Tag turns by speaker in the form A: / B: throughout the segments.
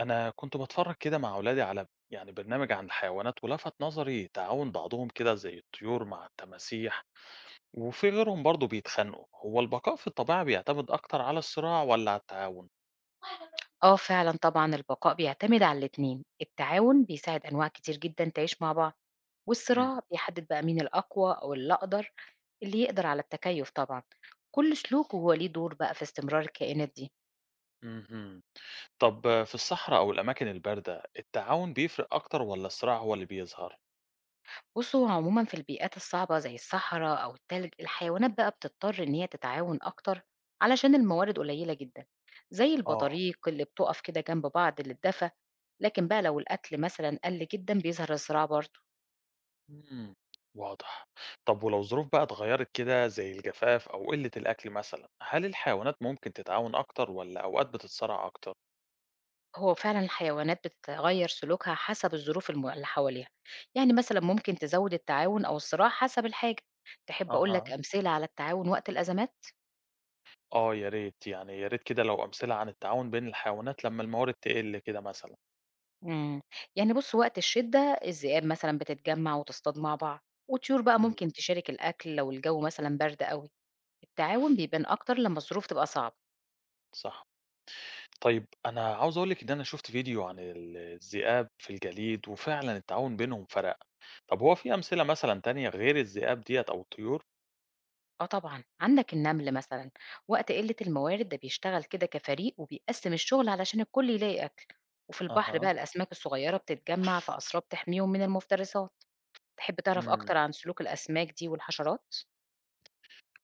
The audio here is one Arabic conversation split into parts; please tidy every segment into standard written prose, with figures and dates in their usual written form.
A: أنا كنت باتفرج كده مع أولادي على برنامج عن الحيوانات، ولفت نظري تعاون بعضهم كده زي الطيور مع التماسيح، وفي غيرهم برضه بيتخانقوا. هو البقاء في الطبيعة بيعتمد أكتر على الصراع ولا على التعاون؟
B: آه فعلًا طبعًا البقاء بيعتمد على الاتنين، التعاون بيساعد أنواع كتير جدًا تعيش مع بعض،
A: مم.
B: والصراع بيحدد بقى مين الأقوى أو الأقدر اللي يقدر على التكيف طبعًا، كل سلوك وهو ليه دور بقى في استمرار الكائنات دي.
A: مهم. طب في الصحراء أو الأماكن الباردة التعاون بيفرق أكتر ولا الصراع هو اللي بيظهر؟
B: بُص هو عمومًا في البيئات الصعبة زي الصحرا أو التلج الحيوانات بقى بتضطر إن هي تتعاون أكتر علشان الموارد قليلة جدًا، زي
A: آه.
B: البطاريق اللي بتقف كده جنب بعض للدفا، لكن بقى لو الأكل مثلًا قل جدًا بيظهر الصراع برضه.
A: مم. واضح. طب ولو الظروف بقى اتغيرت كده زي الجفاف أو قلة الأكل مثلا، هل الحيوانات ممكن تتعاون أكتر ولا أوقات بتتصارع أكتر؟
B: هو فعلا الحيوانات بتتغير سلوكها حسب الظروف اللي حواليها، يعني مثلا ممكن تزود التعاون أو الصراع حسب الحاجة. تحب أقول
A: أها.
B: لك أمثلة على التعاون وقت الأزمات؟
A: آه يا ريت، يعني يا ريت كده لو أمثلة عن التعاون بين الحيوانات لمّا الموارد تقِل كده مثلًا.
B: مم. يعني بص وقت الشدة الذئاب مثلا بتتجمع وتصطاد مع بعض، والطيور بقى
A: إمم.
B: ممكن تشارك الأكل لو الجو مثلا برد قوي. التعاون بيبان أكتر لما الظروف تبقى صعبة.
A: صح. طيب أنا عاوز أقول لِك إن أنا شُفت فيديو عن الذئاب في الجليد، وفعلًا التعاون بينهم فرق. طب هو في أمثلة مثلًا تانية غير الذئاب ديّة أو الطيور؟
B: آه طبعًا، عندك النَّمل مثلًا وقت قِلّة الموارد ده بيشتغل كده كفريق وبيقسّم الشغل علشان الكل يلاقي أكل، وفي البحر
A: أها.
B: بقى الأسماك الصغيرة بتتجمّع في أسراب تحميهم من المفترسات. تحب تعرف
A: إمم.
B: أكتر عن سلوك الأسماك دي والحشرات؟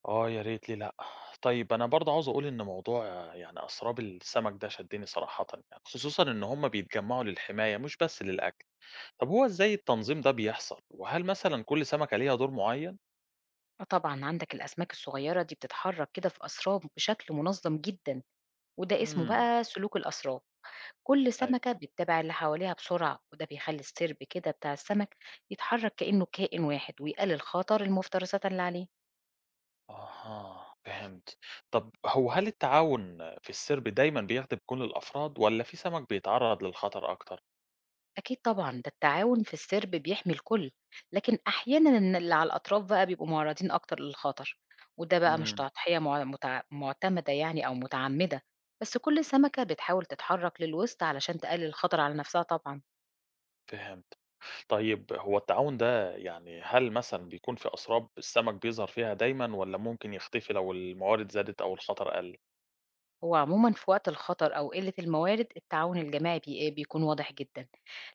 A: آه يا ريت، ليه لأ؟ طيب أنا برضه عاوز أقول إن موضوع يعني أسراب السمك ده شدّني صراحةً يعني، خصوصًا إن هم بيتجمّعوا للحماية مش بس للأكل. طب هو إزاي التنظيم ده بيحصل، وهل مثلًا كل سمكة ليها دور معيّن؟
B: آه طبعًا، عندك الأسماك الصغيرة دي بتتحرك كده في أسراب بشكل منظم جدًا، وده اسمه
A: إمم.
B: بقى سلوك الأسراب. كل
A: أيوه.
B: سمكة بتتابع اللي حواليها بسرعة، وده بيخلّي السِرب كده بتاع السمك يتحرك كإنه كائن واحد ويقلل خطر المفترسات اللي عليه.
A: أها، فهمت. طب هو هل التعاون في السِرب دايمًا بيخدم كل الأفراد والّا في سمك بيتعرّض للخطر أكتر؟
B: أكيد طبعًا، ده التعاون في السرب بيحمي الكل، لكن أحيانًا إن اللي على الأطراف بقى بيبقوا معرضين أكتر للخطر، وده بقى مش
A: إمم،
B: تضحية مع متع مُعتمدة يعني أو متعمدة، بس كل سمكة بتحاول تتحرك للوسط علشان تقلل الخطر على نفسها طبعًا.
A: فهمت. طيب هو التعاون ده يعني هل مثلًا بيكون في أسراب السمك بيظهر فيها دايمًا والّا ممكن يختفي لو الموارد زادت أو الخطر قَل؟
B: هو عمومًا في وقت الخطر أو قلة الموارد التعاون الجماعي بيكون واضح جدًا،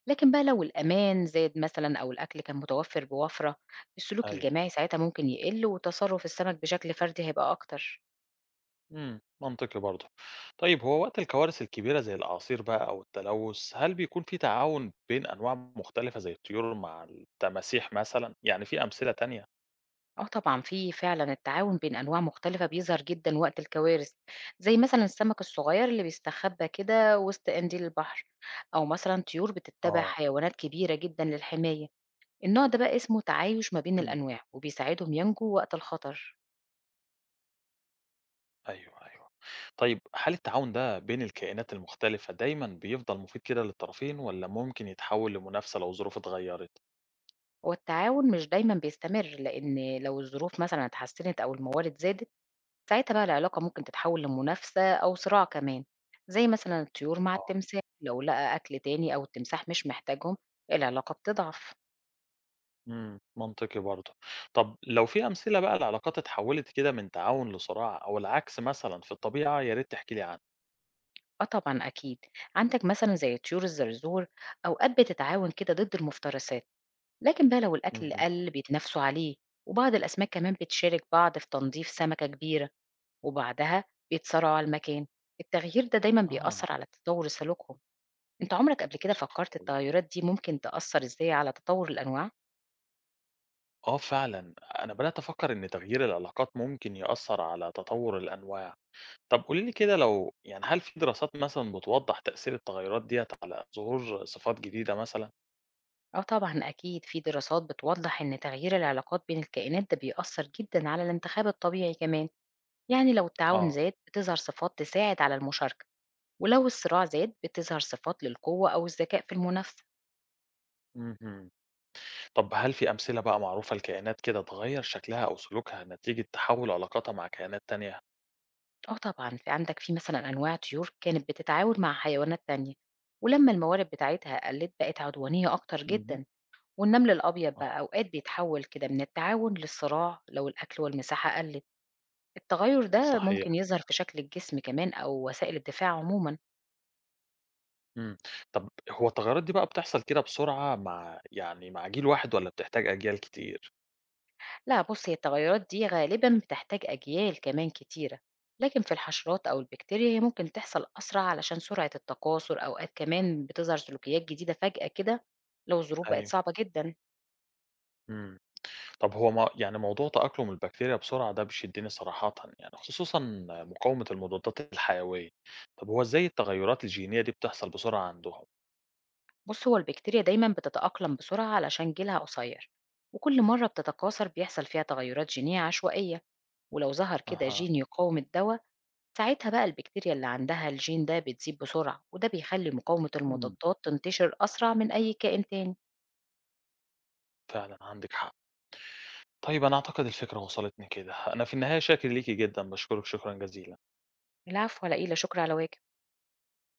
B: لكن بقى لو الأمان زاد مثلًا أو الأكل كان متوفر بوفرة، السلوك
A: أيوه.
B: الجماعي ساعتها ممكن يقل وتصرف السمك بشكل فردي هيبقى أكتر.
A: إمم، منطقي برضه. طيب هو وقت الكوارث الكبيرة زي الأعاصير بقى أو التلوث، هل بيكون في تعاون بين أنواع مختلفة زي الطيور مع التماسيح مثلًا؟ يعني في أمثلة تانية؟
B: آه طبعًا، في فعلًا التعاون بين أنواع مختلفة بيظهر جدًا وقت الكوارث، زي مثلًا السمك الصغير اللي بيستخبى كده وسط قنديل البحر، أو مثلًا طيور بتتبع
A: آه.
B: حيوانات كبيرة جدًا للحماية. النوع ده بقى اسمه تعايش ما بين
A: إمم.
B: الأنواع، وبيساعدهم ينجوا وقت الخطر.
A: أيوه، أيوه. طيب هل التعاون ده بين الكائنات المختلفة دايمًا بيفضل مفيد كده للطرفين والّا ممكن يتحول لمنافسة لو الظروف اتغيّرت؟
B: هو التعاون مش دايمًا بيستمر، لأن لو الظروف مثلًا اتحسنت أو الموارد زادت، ساعتها بقى العلاقة ممكن تتحول لمنافسة أو صراع كمان، زي مثلًا الطيور مع
A: آه.
B: التمساح، لو لقى أكل تاني أو التمساح مش محتاجهم، العلاقة بتضعف.
A: إمم، منطقي برضه. طب لو في أمثلة بقى لعلاقات اتحولت كده من تعاون لصراع أو العكس مثلًا في الطبيعة، يا ريت تحكي لي عنها.
B: آه طبعًا أكيد، عندك مثلًا زي طيور الزرزور أوقات بتتعاون كده ضد المفترسات، لكن بقى لو الأكل
A: اهم.
B: قل بيتنافسوا عليه، وبعض الأسماك كمان بتشارك بعض في تنظيف سمكة كبيرة، وبعدها بيتصارعوا على المكان. التغيير ده دايمًا
A: آه،
B: بيأثر على تطور سلوكهم. أنت عمرك قبل كده
A: سبحان
B: فكرت
A: الله.
B: التغيرات دي ممكن تأثر إزاي على تطور الأنواع؟
A: آه فعلًا، أنا بدأت أفكر إن تغيير العلاقات ممكن يأثّر على تطور الأنواع. طب قولي لي كده، لو يعني هل في دراسات مثلًا بتوضّح تأثير التغيُّرات ديّة على ظهور صفات جديدة مثلًا؟
B: آه طبعًا أكيد، في دراسات بتوضح إن تغيير العلاقات بين الكائنات ده بيأثر جدًا على الانتخاب الطبيعي كمان، يعني لو التعاون
A: آه.
B: زاد بتظهر صفات تساعد على المشاركة. ولو الصراع زاد بتظهر صفات للقوة أو الذكاء في المنافسة.
A: اهم. طب هل في أمثلة بقى معروفة لكائنات كده اتغيّر شكلها أو سلوكها نتيجة تحوُّل علاقاتها مع كائنات تانية؟
B: اه طبعا في عندك في مثلا أنواع طيور كانت بتتعاون مع حيوانات تانية ولما الموارد بتاعتها قلت بقت عدوانية أكتر
A: اهم.
B: جدا. والنمل الأبيض
A: آه،
B: بقى أوقات بيتحول كده من التعاون للصراع لو الأكل والمساحة قلت. التغير ده ممكن
A: صحيح.
B: يظهر في شكل الجسم كمان أو وسائل الدفاع عموما.
A: إمم. طب هو التغيُّرات دي بقى بتحصل كده بسرعة مع مع جيل واحد والّا بتحتاج أجيال كتير؟
B: لا بص هي التغيرات دي غالبا بتحتاج أجيال كمان كتيرة، لكن في الحشرات أو البكتيريا هي ممكن تحصل أسرع علشان سرعة التكاثر، أوقات كمان بتظهر سلوكيات جديدة فجأة كده لو الظروف بقت
A: أيوه.
B: صعبة جدا.
A: إمم. طب هو ما يعني موضوع تأقلم البكتيريا بسرعة ده بيشدني صراحةً يعني، خصوصًا مقاومة المضادات الحيوية. طب هو إزاي التغيرات الجينية دي بتحصل بسرعة عندهم؟
B: بص هو البكتيريا دايما بتتأقلم بسرعة علشان جيلها قصير، وكل مرة بتتكاثر بيحصل فيها تغيرات جينية عشوائية، ولو ظهر كده
A: أها.
B: جين يقاوم الدواء ساعتها بقى البكتيريا اللي عندها الجين ده بتزيد بسرعة، وده بيخلي مقاومة
A: إمم،
B: المضادات تنتشر أسرع من أي كائن تاني.
A: فعلًا عندِك حق. طيب أنا أعتقد الفكرة وصلتني كده. أنا في النهاية شاكر ليكِ جدًا، باشكرِك شكرًا جزيلًا.
B: العفو على إيه، لا شكر على واجب.